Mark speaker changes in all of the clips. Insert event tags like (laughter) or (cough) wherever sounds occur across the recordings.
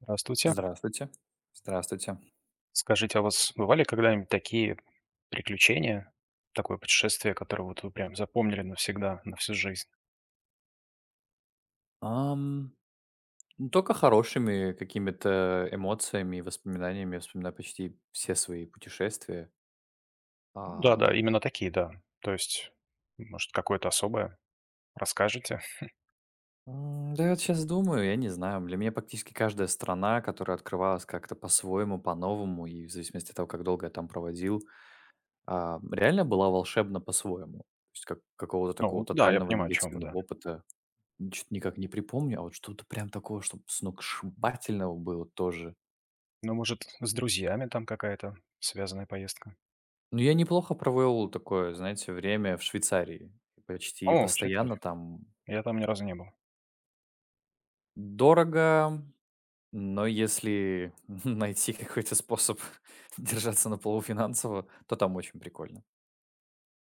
Speaker 1: Здравствуйте.
Speaker 2: Здравствуйте. Здравствуйте.
Speaker 1: Скажите, а у вас бывали когда-нибудь такие приключения, такое путешествие, которое вот вы прям запомнили навсегда, на всю жизнь?
Speaker 2: Ам, ну, только хорошими какими-то эмоциями и воспоминаниями я вспоминаю почти все свои путешествия.
Speaker 1: Да-да,
Speaker 2: А,
Speaker 1: именно такие, да. То есть, может, какое-то особое расскажете?
Speaker 2: да я вот сейчас думаю, я не знаю. Для меня практически каждая страна, которая открывалась как-то по-своему, по-новому, и в зависимости от того, как долго я там проводил, реально была волшебна по-своему. То есть как, какого-то такого
Speaker 1: Ну да, я
Speaker 2: тотального
Speaker 1: понимаю, о чем вы,
Speaker 2: негативного
Speaker 1: да.
Speaker 2: опыта чё-то никак не припомню, а вот что-то прям такого, чтобы сногсшибательного было тоже.
Speaker 1: Ну, может, с друзьями там какая-то связанная поездка?
Speaker 2: Ну, я неплохо провел такое, знаете, время в Швейцарии. Почти
Speaker 1: О,
Speaker 2: постоянно
Speaker 1: Швейцария.
Speaker 2: там.
Speaker 1: Я там ни разу не был.
Speaker 2: Дорого, но если (laughs) найти какой-то способ (laughs) держаться на плаву финансово, то там очень прикольно.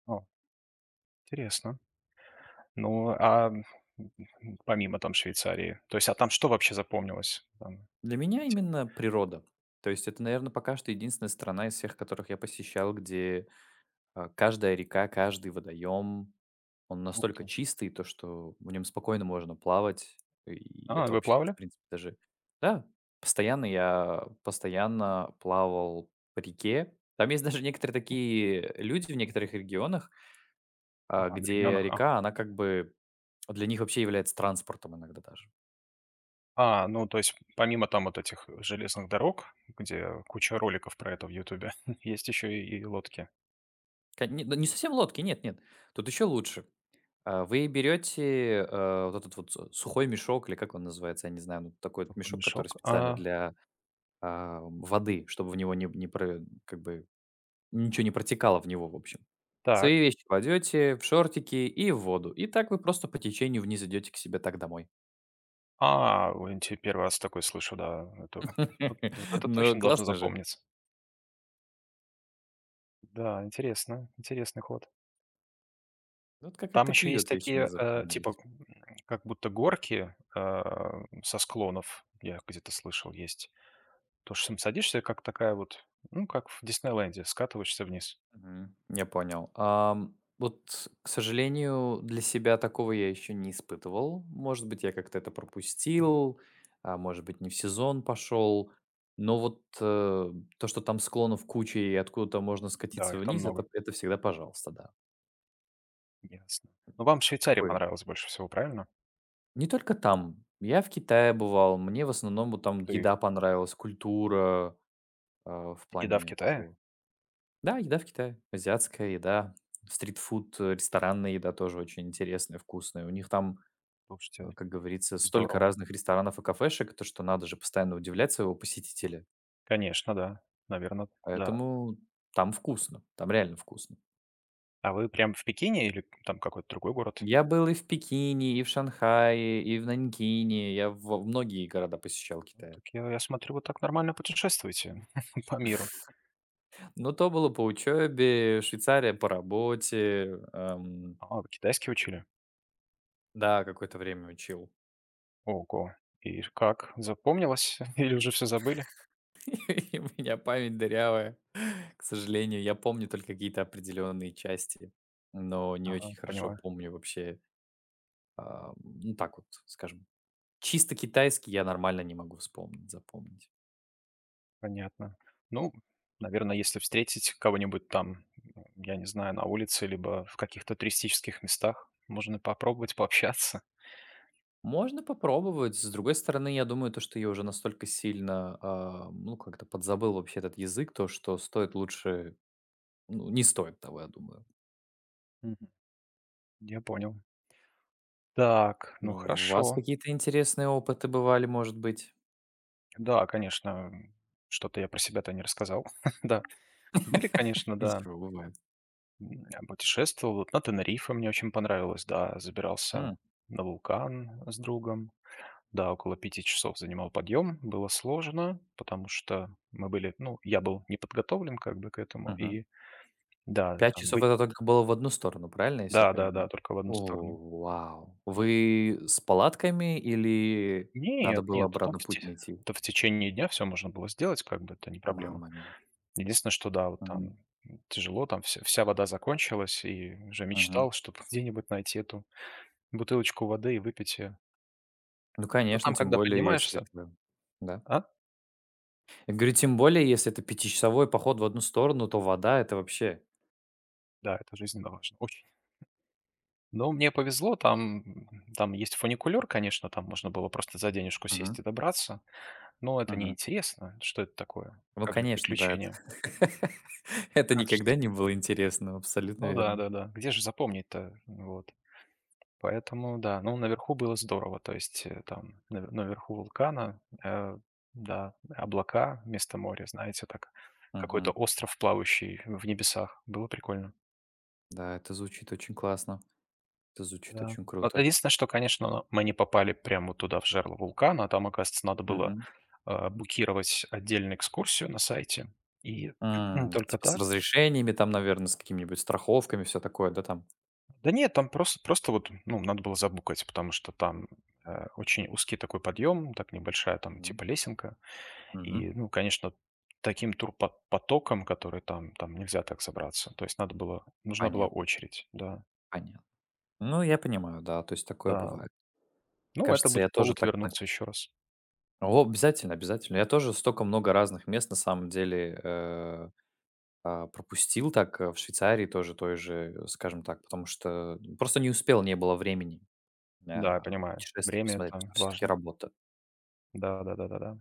Speaker 1: О, интересно. Ну, помимо там Швейцарии, то есть, а там что вообще запомнилось?
Speaker 2: Для меня
Speaker 1: Эти-
Speaker 2: именно природа. То есть это, наверное, пока что единственная страна из всех, которых я посещал, где каждая река, каждый водоем, он
Speaker 1: Ух
Speaker 2: настолько
Speaker 1: ты.
Speaker 2: чистый, то, что в нем спокойно можно плавать. И
Speaker 1: А,
Speaker 2: это
Speaker 1: вы
Speaker 2: вообще, в
Speaker 1: плавали?
Speaker 2: принципе, даже. Да, постоянно я постоянно плавал по реке. Там есть даже некоторые такие люди в некоторых регионах,
Speaker 1: Ага, в
Speaker 2: где
Speaker 1: регионах.
Speaker 2: река, она как бы для них вообще является транспортом иногда даже.
Speaker 1: А, ну, то есть помимо там вот этих железных дорог, где куча роликов про это в "Ютубе", (laughs) есть еще и лодки.
Speaker 2: Не, ну, не совсем лодки, нет, нет. Тут еще лучше. Вы берете, вот этот вот с сухой мешок, или как он называется, я не знаю, ну, такой вот
Speaker 1: Сухой
Speaker 2: мешок, который
Speaker 1: мешок.
Speaker 2: специально
Speaker 1: А,
Speaker 2: для, воды, чтобы в него не про как бы ничего не протекало в него, в общем.
Speaker 1: так.
Speaker 2: Свои вещи кладете, в шортики и в воду. И так вы просто по течению вниз идете к себе так домой.
Speaker 1: А, инте Первый раз такой слышу, да, это вот
Speaker 2: (laughs)
Speaker 1: вот это
Speaker 2: Ну,
Speaker 1: точно должно
Speaker 2: классно же.
Speaker 1: запомниться. Да, интересно, интересный ход.
Speaker 2: Вот как-то
Speaker 1: Там еще
Speaker 2: такие
Speaker 1: есть
Speaker 2: вот вещи мне
Speaker 1: такие,
Speaker 2: запомнились.
Speaker 1: как будто горки, со склонов, я где-то слышал, есть. То, что садишься, как такая вот, ну, как в Диснейленде, скатываешься вниз.
Speaker 2: Мгм. Я понял. Вот, к сожалению, для себя такого я еще не испытывал. Может быть, я как-то это пропустил, а может быть, не в сезон пошел. Но вот то, что там склонов куча и откуда-то можно
Speaker 1: Да,
Speaker 2: скатиться
Speaker 1: их там
Speaker 2: вниз, это,
Speaker 1: много.
Speaker 2: это всегда пожалуйста, да.
Speaker 1: Ясно. Ну, вам Швейцария
Speaker 2: Такой.
Speaker 1: понравилась больше всего, правильно?
Speaker 2: Не только там. Я в Китае бывал, мне в основном вот там
Speaker 1: Ты
Speaker 2: еда понравилась, культура э, в
Speaker 1: еда в
Speaker 2: плане
Speaker 1: Китае?
Speaker 2: того. Да, еда в Китае. Азиатская еда, стритфуд, ресторанная еда тоже очень интересная, вкусная. У них там,
Speaker 1: Слушайте,
Speaker 2: как говорится, столько
Speaker 1: здорово.
Speaker 2: разных ресторанов и кафешек, то что надо же постоянно удивлять своего посетителя.
Speaker 1: Конечно, да. Наверное, да.
Speaker 2: Поэтому там вкусно, там реально вкусно.
Speaker 1: А вы прям в Пекине или там какой-то другой город?
Speaker 2: Я был и в Пекине, и в Шанхае, и в Нанькине. Я во многие города посещал
Speaker 1: Ну,
Speaker 2: Китая.
Speaker 1: так я смотрю, вы так нормально путешествуете (laughs) по миру.
Speaker 2: Но то было по учебе, Швейцария по работе.
Speaker 1: А, вы китайский учили?
Speaker 2: Да, какое-то время учил.
Speaker 1: Ого. И как, запомнилось (laughs) или уже все забыли?
Speaker 2: (laughs) И у меня память дырявая. К сожалению, я помню только какие-то определенные части, но не
Speaker 1: Ага,
Speaker 2: очень хорошо
Speaker 1: понимаю.
Speaker 2: помню вообще, ну так вот, скажем, чисто китайский я нормально не могу вспомнить, запомнить.
Speaker 1: Понятно. Ну, наверное, если встретить кого-нибудь там, я не знаю, на улице либо в каких-то туристических местах, можно попробовать пообщаться.
Speaker 2: Можно попробовать. С другой стороны, я думаю, то, что я уже настолько сильно, ну, как-то подзабыл вообще этот язык, то, что стоит лучше, ну, не стоит того, я думаю.
Speaker 1: Я понял. Так, ну
Speaker 2: У вас
Speaker 1: хорошо.
Speaker 2: какие-то интересные опыты бывали, может быть?
Speaker 1: Да, конечно, что-то я про себя-то не рассказал. (laughs) Да, были, конечно, да.
Speaker 2: Ничего, бывает.
Speaker 1: Я путешествовал. Вот на Тенерифе мне очень понравилось, да.
Speaker 2: М,
Speaker 1: Забирался на вулкан с другом. Да, около 5 часов занимал подъем. Было сложно, потому что мы были, ну, я был не подготовлен как бы к этому.
Speaker 2: мгм.
Speaker 1: И да,
Speaker 2: 5
Speaker 1: там
Speaker 2: часов —
Speaker 1: бы
Speaker 2: это только было в одну сторону, правильно, если я
Speaker 1: да-да-да,
Speaker 2: понимаю?
Speaker 1: только в одну сторону.
Speaker 2: О, вау! Вы с палатками или надо
Speaker 1: Нет,
Speaker 2: было
Speaker 1: нет, там
Speaker 2: обратно
Speaker 1: в те
Speaker 2: путь найти?
Speaker 1: Это в течение дня все можно было сделать, как бы это не проблема.
Speaker 2: Мамма миа!
Speaker 1: Единственное, что да, вот
Speaker 2: Мгм,
Speaker 1: там тяжело, там вся вода закончилась, и уже
Speaker 2: мгм.
Speaker 1: мечтал, чтобы где-нибудь найти эту бутылочку воды и выпить ее.
Speaker 2: Ну,
Speaker 1: Но
Speaker 2: конечно,
Speaker 1: там,
Speaker 2: тем
Speaker 1: когда
Speaker 2: более, если
Speaker 1: поднимаешься.
Speaker 2: это. Да.
Speaker 1: А?
Speaker 2: Я говорю, тем более, если это пятичасовой поход в одну сторону, то вода — это вообще.
Speaker 1: Да, это жизненно важно, очень. Но мне повезло, там, там есть фуникулер, конечно, там можно было просто за денежку
Speaker 2: Мгм,
Speaker 1: сесть и добраться, но это
Speaker 2: мгм.
Speaker 1: неинтересно. Что это такое?
Speaker 2: Ну,
Speaker 1: Как же
Speaker 2: конечно, да, это
Speaker 1: приключение?
Speaker 2: (laughs) это
Speaker 1: Как же
Speaker 2: никогда не было интересно, абсолютно
Speaker 1: ну да,
Speaker 2: верно.
Speaker 1: да-да. Где же запомнить-то? Вот. Поэтому да, ну, наверху было здорово. То есть, наверху вулкана, да, облака вместо моря, знаете, так какой-то
Speaker 2: Мгм.
Speaker 1: остров, плавающий в небесах. Было прикольно.
Speaker 2: Да, это звучит очень классно, это звучит
Speaker 1: Да.
Speaker 2: очень
Speaker 1: Вот
Speaker 2: круто.
Speaker 1: единственное, что, конечно, мы не попали прямо туда, в жерло вулкана, а там, оказывается, надо было,
Speaker 2: Мгм.
Speaker 1: букировать отдельную экскурсию на сайте. И (clears throat) только
Speaker 2: Типа с
Speaker 1: так.
Speaker 2: разрешениями там, наверное, с какими-нибудь страховками, все такое, да, там?
Speaker 1: Да нет, там просто вот, ну, надо было забукать, потому что там, очень узкий такой подъем, так небольшая там
Speaker 2: Мгм.
Speaker 1: типа лесенка.
Speaker 2: Мгм.
Speaker 1: И, ну, конечно, таким турпотоком, который там, там нельзя так собраться. То есть надо было, нужна была
Speaker 2: Понятно,
Speaker 1: очередь, да,
Speaker 2: понятно. Ну, я понимаю, да, то есть такое
Speaker 1: да.
Speaker 2: бывает. Мне
Speaker 1: Ну, это
Speaker 2: кажется, я
Speaker 1: будет
Speaker 2: тоже
Speaker 1: повод
Speaker 2: так на.
Speaker 1: вернуться еще раз.
Speaker 2: О, обязательно, обязательно. Я тоже столько много разных мест на самом деле, пропустил так, в Швейцарии тоже той же, скажем так, потому что просто не успел, не было времени,
Speaker 1: Да, я понимаю.
Speaker 2: путешествий
Speaker 1: Время
Speaker 2: посмотреть,
Speaker 1: это
Speaker 2: потому что всё-таки
Speaker 1: важно.
Speaker 2: работа.
Speaker 1: Да, да, да, да, да.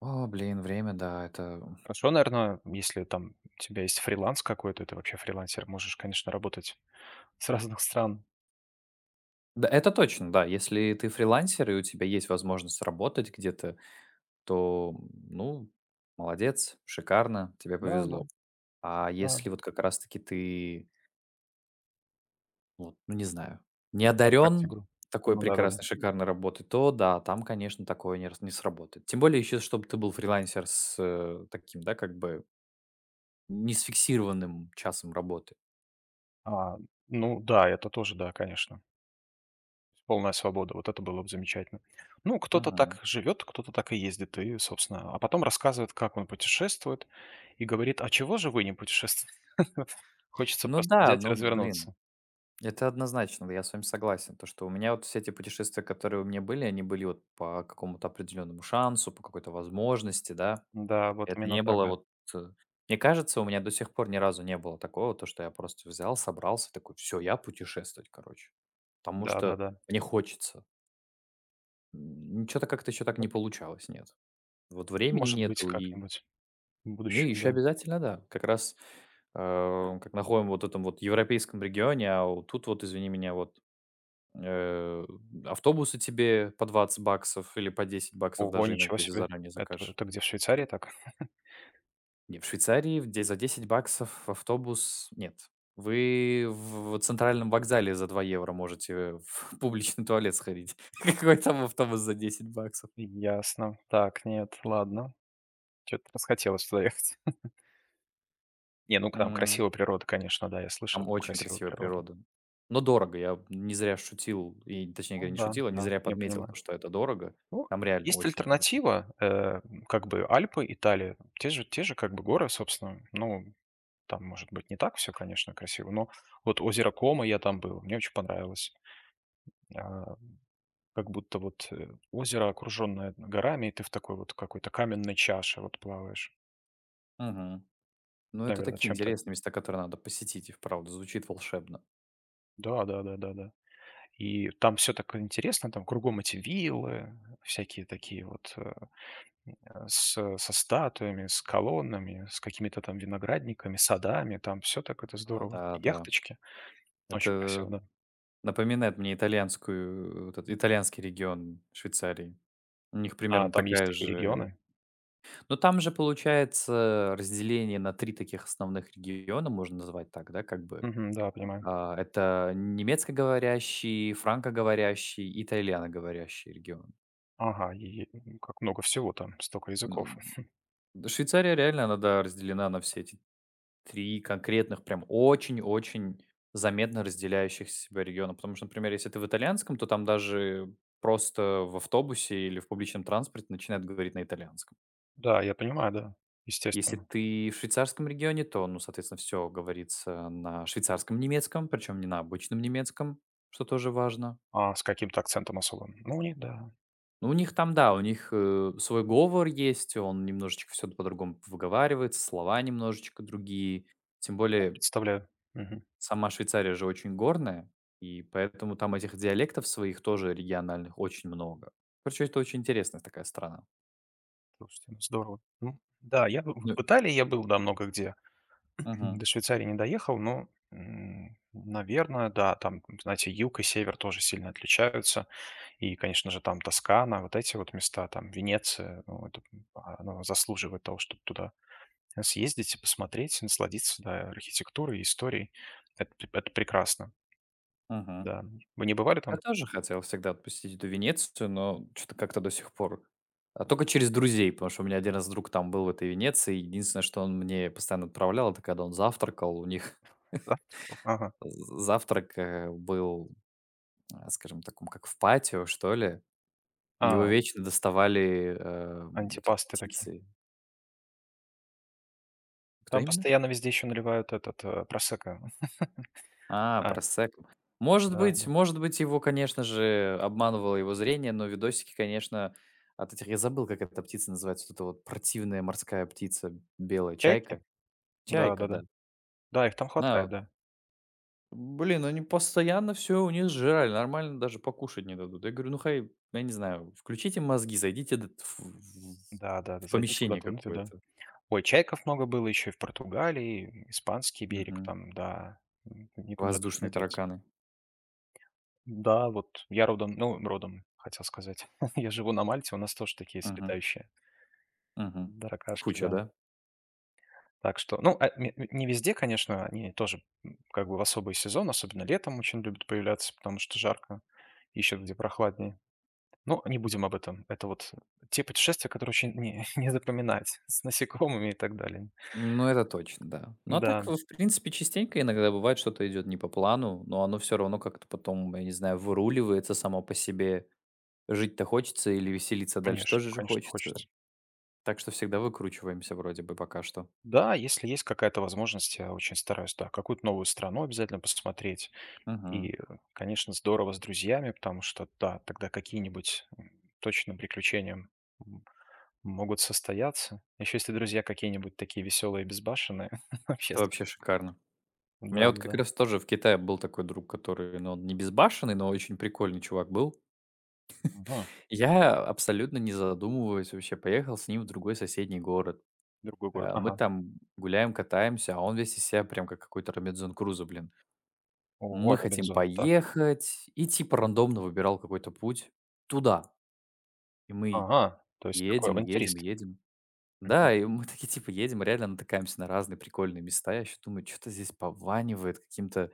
Speaker 2: О, блин, время, да, это.
Speaker 1: Хорошо, наверное, если там у тебя есть фриланс какой-то, ты вообще фрилансер, можешь, конечно, работать с разных стран.
Speaker 2: Да, это точно, да. Если ты фрилансер и у тебя есть возможность работать где-то, то, ну, молодец, шикарно, тебе
Speaker 1: Да, да,
Speaker 2: повезло. А
Speaker 1: да.
Speaker 2: если вот как раз-таки ты, вот, ну, не знаю, не
Speaker 1: И контракт
Speaker 2: одарен
Speaker 1: игру.
Speaker 2: такой
Speaker 1: Ну да, да, да.
Speaker 2: прекрасной, шикарной работой, то да, там, конечно, такое не, рас- не сработает. Тем более еще, чтобы ты был фрилансер с таким, да, как бы не с фиксированным часом работы.
Speaker 1: А, ну да, это тоже, да, конечно. Полная свобода. Вот это было бы замечательно. Ну, кто-то
Speaker 2: Мгм.
Speaker 1: так живет, кто-то так и ездит, и, собственно, а потом рассказывает, как он путешествует, и говорит: "А чего же вы не путешествуете?" (laughs) Хочется
Speaker 2: Ну
Speaker 1: просто
Speaker 2: да,
Speaker 1: взять и
Speaker 2: но, блин,
Speaker 1: развернуться.
Speaker 2: это однозначно, да, я с вами согласен. То, что у меня вот все эти путешествия, которые у меня были, они были вот по какому-то определенному шансу, по какой-то возможности, да.
Speaker 1: Да, вот
Speaker 2: Это
Speaker 1: именно
Speaker 2: не
Speaker 1: так,
Speaker 2: было
Speaker 1: да.
Speaker 2: вот... э, Мне кажется, у меня до сих пор ни разу не было такого, то, что я просто взял, собрался, такой, все, я путешествовать, короче. Потому что
Speaker 1: Да-да-да.
Speaker 2: мне хочется. Ничего-то как-то еще так не
Speaker 1: Вот,
Speaker 2: получалось, нет. Вот времени
Speaker 1: может быть,
Speaker 2: нету, и
Speaker 1: как-нибудь в
Speaker 2: мне
Speaker 1: будущем,
Speaker 2: еще
Speaker 1: да.
Speaker 2: обязательно, да. Как раз как находим вот в этом вот европейском регионе, а вот тут вот, извини меня, вот. Э, Автобусы тебе по 20 баксов или по 10 баксов
Speaker 1: Ого,
Speaker 2: даже иногда,
Speaker 1: ничего
Speaker 2: если
Speaker 1: себе!
Speaker 2: заранее закажешь.
Speaker 1: Это где, в Швейцарии так?
Speaker 2: Не, в Швейцарии в де за 10 баксов автобус нет. Вы в центральном вокзале за 2 евро можете в (laughs) публичный туалет сходить. (laughs) Какой там автобус за 10 баксов?
Speaker 1: Ясно. Так, нет, ладно. Чё-то расхотелось туда ехать. (laughs) Не, ну там
Speaker 2: М,
Speaker 1: красивая природа, конечно, да, я слышал,
Speaker 2: там
Speaker 1: там
Speaker 2: очень
Speaker 1: красивая
Speaker 2: красивая
Speaker 1: природа.
Speaker 2: природа. Но дорого. Я не зря шутил, и, точнее
Speaker 1: Ну
Speaker 2: говоря, не
Speaker 1: да,
Speaker 2: шутил, а не
Speaker 1: да,
Speaker 2: зря
Speaker 1: я
Speaker 2: подметил то,
Speaker 1: понимаю.
Speaker 2: что это дорого.
Speaker 1: Ну,
Speaker 2: Там реально
Speaker 1: есть
Speaker 2: очень дорого.
Speaker 1: альтернатива, как бы Альпы, Италия, те же как бы горы, собственно. Ну, там, может быть, не так все, конечно, красиво, но вот озеро Кома, я там был, мне очень понравилось. А, как будто вот озеро, окруженное горами, и ты в такой вот какой-то каменной чаше вот плаваешь.
Speaker 2: Мгм. Ну, это
Speaker 1: Наверное,
Speaker 2: такие
Speaker 1: чем-то.
Speaker 2: интересные места, которые надо посетить, и вправду звучит волшебно.
Speaker 1: Да, да, да, да, да. И там все так интересно, там кругом эти виллы, всякие такие э, со статуями, с колоннами, с какими-то там виноградниками, садами, там все так это
Speaker 2: Ну
Speaker 1: здорово.
Speaker 2: да, да.
Speaker 1: Яхточки. Очень
Speaker 2: Это
Speaker 1: красиво, да.
Speaker 2: напоминает мне итальянскую, вот этот итальянский регион Швейцарии. У них
Speaker 1: А
Speaker 2: примерно
Speaker 1: там есть
Speaker 2: такая
Speaker 1: такие
Speaker 2: же.
Speaker 1: регионы.
Speaker 2: Но там же получается разделение на 3 таких основных региона, можно назвать так, да, как бы.
Speaker 1: Мгм, да, понимаю.
Speaker 2: Это немецкоговорящий, франкоговорящий, итальяноговорящий регион.
Speaker 1: Ага, и, как много всего там, столько языков.
Speaker 2: Ну, Швейцария реально, она, да, разделена на все эти 3 конкретных, прям очень-очень заметно разделяющих себя региона. Потому что, например, если ты в итальянском, то там даже просто в автобусе или в публичном транспорте начинают говорить на итальянском.
Speaker 1: Да, я понимаю, да,
Speaker 2: Если
Speaker 1: естественно.
Speaker 2: ты в швейцарском регионе, то, ну, соответственно, все говорится на швейцарском немецком, причем не на обычном немецком, что тоже важно.
Speaker 1: А с каким-то акцентом особым. Ну, не, да,
Speaker 2: Ну, у них там, да, у них свой говор есть, он немножечко все по-другому выговаривается, слова немножечко другие. Тем более,
Speaker 1: представляю. Мгм.
Speaker 2: сама Швейцария же очень горная, и поэтому там этих диалектов своих тоже региональных очень много. Короче, это очень интересная такая страна.
Speaker 1: Слушайте, ну здорово. Ну, да, вот
Speaker 2: Ну,
Speaker 1: в Италии я был, да, много где.
Speaker 2: мгм,
Speaker 1: До Швейцарии не доехал, но, наверное, да, там, знаете, юг и север тоже сильно отличаются. И, конечно же, там Тоскана, вот эти вот места, там Венеция, ну, это, оно заслуживает того, чтобы туда съездить и посмотреть, и насладиться, да, архитектурой и историей. Это прекрасно,
Speaker 2: мгм.
Speaker 1: да. Вы не бывали
Speaker 2: Я
Speaker 1: там?
Speaker 2: тоже хотел всегда отпустить эту Венецию, но что то как-то до сих пор. А только через друзей, потому что у меня один раз друг там был в этой Венеции. И единственное, что он мне постоянно отправлял, это когда он завтракал. У них
Speaker 1: Завтракал? Ага.
Speaker 2: (laughs) з завтрак, был, скажем, таком, как в патио, что ли, и его
Speaker 1: А,
Speaker 2: вечно доставали, вот эти
Speaker 1: антипасты такие.
Speaker 2: птицы. Кто
Speaker 1: Там
Speaker 2: именно?
Speaker 1: постоянно везде еще наливают этот, просекко. А,
Speaker 2: Про секс. Может
Speaker 1: да,
Speaker 2: быть
Speaker 1: да.
Speaker 2: может быть, его, конечно же, обманывало его зрение, но видосики, конечно, от этих, я забыл, как эта птица называется, вот эта вот противная морская птица, белая
Speaker 1: Чайки?
Speaker 2: чайка.
Speaker 1: Да,
Speaker 2: Чайка,
Speaker 1: да,
Speaker 2: да.
Speaker 1: да. Да, их там
Speaker 2: А,
Speaker 1: хватает, да.
Speaker 2: Блин, они постоянно все у них жрали, нормально даже покушать не дадут. Я говорю: "Ну, хай, я не знаю, включите мозги, зайдите д
Speaker 1: Да, да, да.
Speaker 2: в
Speaker 1: Зайдите
Speaker 2: помещение
Speaker 1: куда-то внутрь, да.
Speaker 2: какое-то".
Speaker 1: Ой, чайков много было еще и в Португалии, и испанский берег
Speaker 2: Мгм.
Speaker 1: там, да. Никуда от них
Speaker 2: Воздушные
Speaker 1: не деться.
Speaker 2: тараканы.
Speaker 1: Да, вот я родом, ну, родом, хотел сказать. (laughs) Я живу на Мальте, у нас тоже такие есть
Speaker 2: Мгм,
Speaker 1: летающие
Speaker 2: мгм.
Speaker 1: таракашки,
Speaker 2: Куча,
Speaker 1: да.
Speaker 2: да?
Speaker 1: Так что, ну, не везде, конечно, они тоже, как бы в особый сезон, особенно летом, очень любят появляться, потому что жарко, ищут где прохладнее. Но не будем об этом. Это вот те путешествия, которые очень не, (laughs) не запоминать с насекомыми и так далее.
Speaker 2: Ну, это точно, да. Ну, а так,
Speaker 1: Да,
Speaker 2: в принципе, частенько иногда бывает, что-то идет не по плану, но оно все равно как-то потом, я не знаю, выруливается само по себе. Жить-то хочется или веселиться дальше
Speaker 1: конечно,
Speaker 2: тоже же
Speaker 1: конечно,
Speaker 2: хочется.
Speaker 1: хочется.
Speaker 2: Так что всегда выкручиваемся вроде бы пока что.
Speaker 1: Да, если есть какая-то возможность, я очень стараюсь, да, какую-то новую страну обязательно посмотреть.
Speaker 2: Мгм.
Speaker 1: И, конечно, здорово с друзьями, потому что, да, тогда какие-нибудь, точно приключения, м, могут состояться. Еще если друзья какие-нибудь такие веселые и безбашенные, (laughs) вообще
Speaker 2: Это вообще
Speaker 1: супер.
Speaker 2: шикарно. У меня вот как
Speaker 1: Да-да-да.
Speaker 2: раз тоже в Китае был такой друг, который, ну, он не безбашенный, но очень прикольный чувак был.
Speaker 1: Мгм.
Speaker 2: Я абсолютно не задумываясь вообще поехал с ним в другой соседний город.
Speaker 1: Другой город.
Speaker 2: Мы
Speaker 1: Ага.
Speaker 2: там гуляем, катаемся, а он весь из себя прям как какой-то Робинзон Крузо, блин.
Speaker 1: О,
Speaker 2: Мы хотим
Speaker 1: Робинзон. Так.
Speaker 2: поехать", и типа рандомно выбирал какой-то путь туда. И мы
Speaker 1: Ага. То есть такой
Speaker 2: едем, едем,
Speaker 1: авантюрист.
Speaker 2: едем.
Speaker 1: Мгм.
Speaker 2: Да, и мы такие типа едем, реально натыкаемся на разные прикольные места. Я еще думаю, что то здесь пованивает каким-то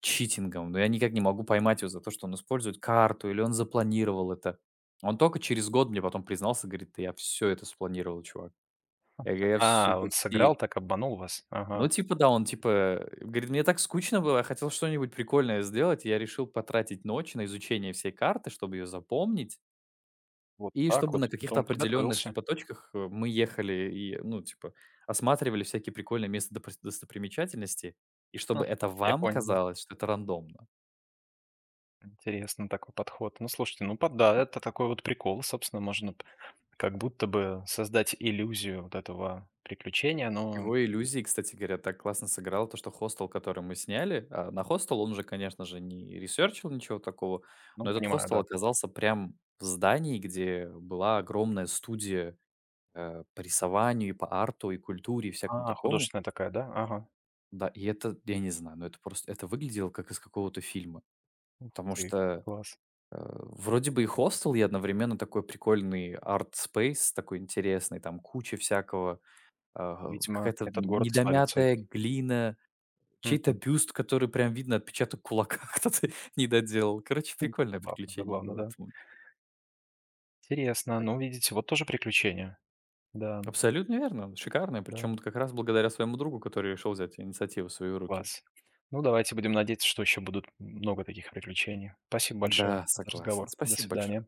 Speaker 2: читингом, но я никак не могу поймать его за то, что он использует карту или он запланировал это. Он только через год мне потом признался, говорит: "Да я все это спланировал, чувак. Я, говорю, я всё
Speaker 1: А, он сыграл,
Speaker 2: почти".
Speaker 1: так обманул вас.
Speaker 2: Ну,
Speaker 1: Ага.
Speaker 2: типа, да, он типа, говорит: "Мне так скучно было, я хотел что-нибудь прикольное сделать. И я решил потратить ночь на изучение всей карты, чтобы ее запомнить,
Speaker 1: Вот
Speaker 2: и
Speaker 1: так
Speaker 2: чтобы
Speaker 1: вот.
Speaker 2: на
Speaker 1: Да
Speaker 2: каких-то
Speaker 1: он
Speaker 2: определенных,
Speaker 1: подготовился.
Speaker 2: типа, точках, мы ехали и, ну, типа, осматривали всякие прикольные места, доприс достопримечательности, и
Speaker 1: Хм.
Speaker 2: чтобы это
Speaker 1: Я
Speaker 2: вам
Speaker 1: понял, да.
Speaker 2: казалось, что это рандомно".
Speaker 1: Интересно такой подход. Ну, слушайте, ну, это такой вот прикол, собственно, можно п как будто бы создать иллюзию вот этого приключения, но,
Speaker 2: Его иллюзии, кстати говоря, так классно сыграло то, что хостел, который мы сняли, а на хостел он же, конечно же, не ресерчил ничего такого,
Speaker 1: ну,
Speaker 2: но этот
Speaker 1: понимаю,
Speaker 2: хостел
Speaker 1: да.
Speaker 2: оказался прям в здании, где была огромная студия по рисованию, и по арту, и культуре, и всякому
Speaker 1: А,
Speaker 2: такому.
Speaker 1: художественная такая, да? Ага.
Speaker 2: Да, и это, я не знаю, но это просто, это выглядело как из какого-то фильма,
Speaker 1: Ух
Speaker 2: потому
Speaker 1: ты,
Speaker 2: что
Speaker 1: класс.
Speaker 2: вроде бы и хостел, и одновременно такой прикольный арт-спейс, такой интересный, там куча всякого,
Speaker 1: Видимо,
Speaker 2: какая-то
Speaker 1: этот город славится
Speaker 2: недомятая
Speaker 1: этим.
Speaker 2: глина, чей-то
Speaker 1: Мгм.
Speaker 2: бюст, который прям видно отпечаток кулака, (laughs) кто-то не доделал. Короче,
Speaker 1: (laughs)
Speaker 2: прикольное
Speaker 1: Забавно,
Speaker 2: приключение
Speaker 1: забавно,
Speaker 2: было,
Speaker 1: да.
Speaker 2: помню.
Speaker 1: Интересно. Ну, видите, вот тоже приключения. Да,
Speaker 2: Абсолютно верно, шикарное, причем
Speaker 1: да,
Speaker 2: вот как раз благодаря своему другу, который решил взять инициативу в свои руки.
Speaker 1: класс. Ну, давайте будем надеяться, что еще будут много таких приключений. Спасибо большое
Speaker 2: Да,
Speaker 1: за
Speaker 2: согласен.
Speaker 1: разговор. До
Speaker 2: Спасибо большое.
Speaker 1: свидания.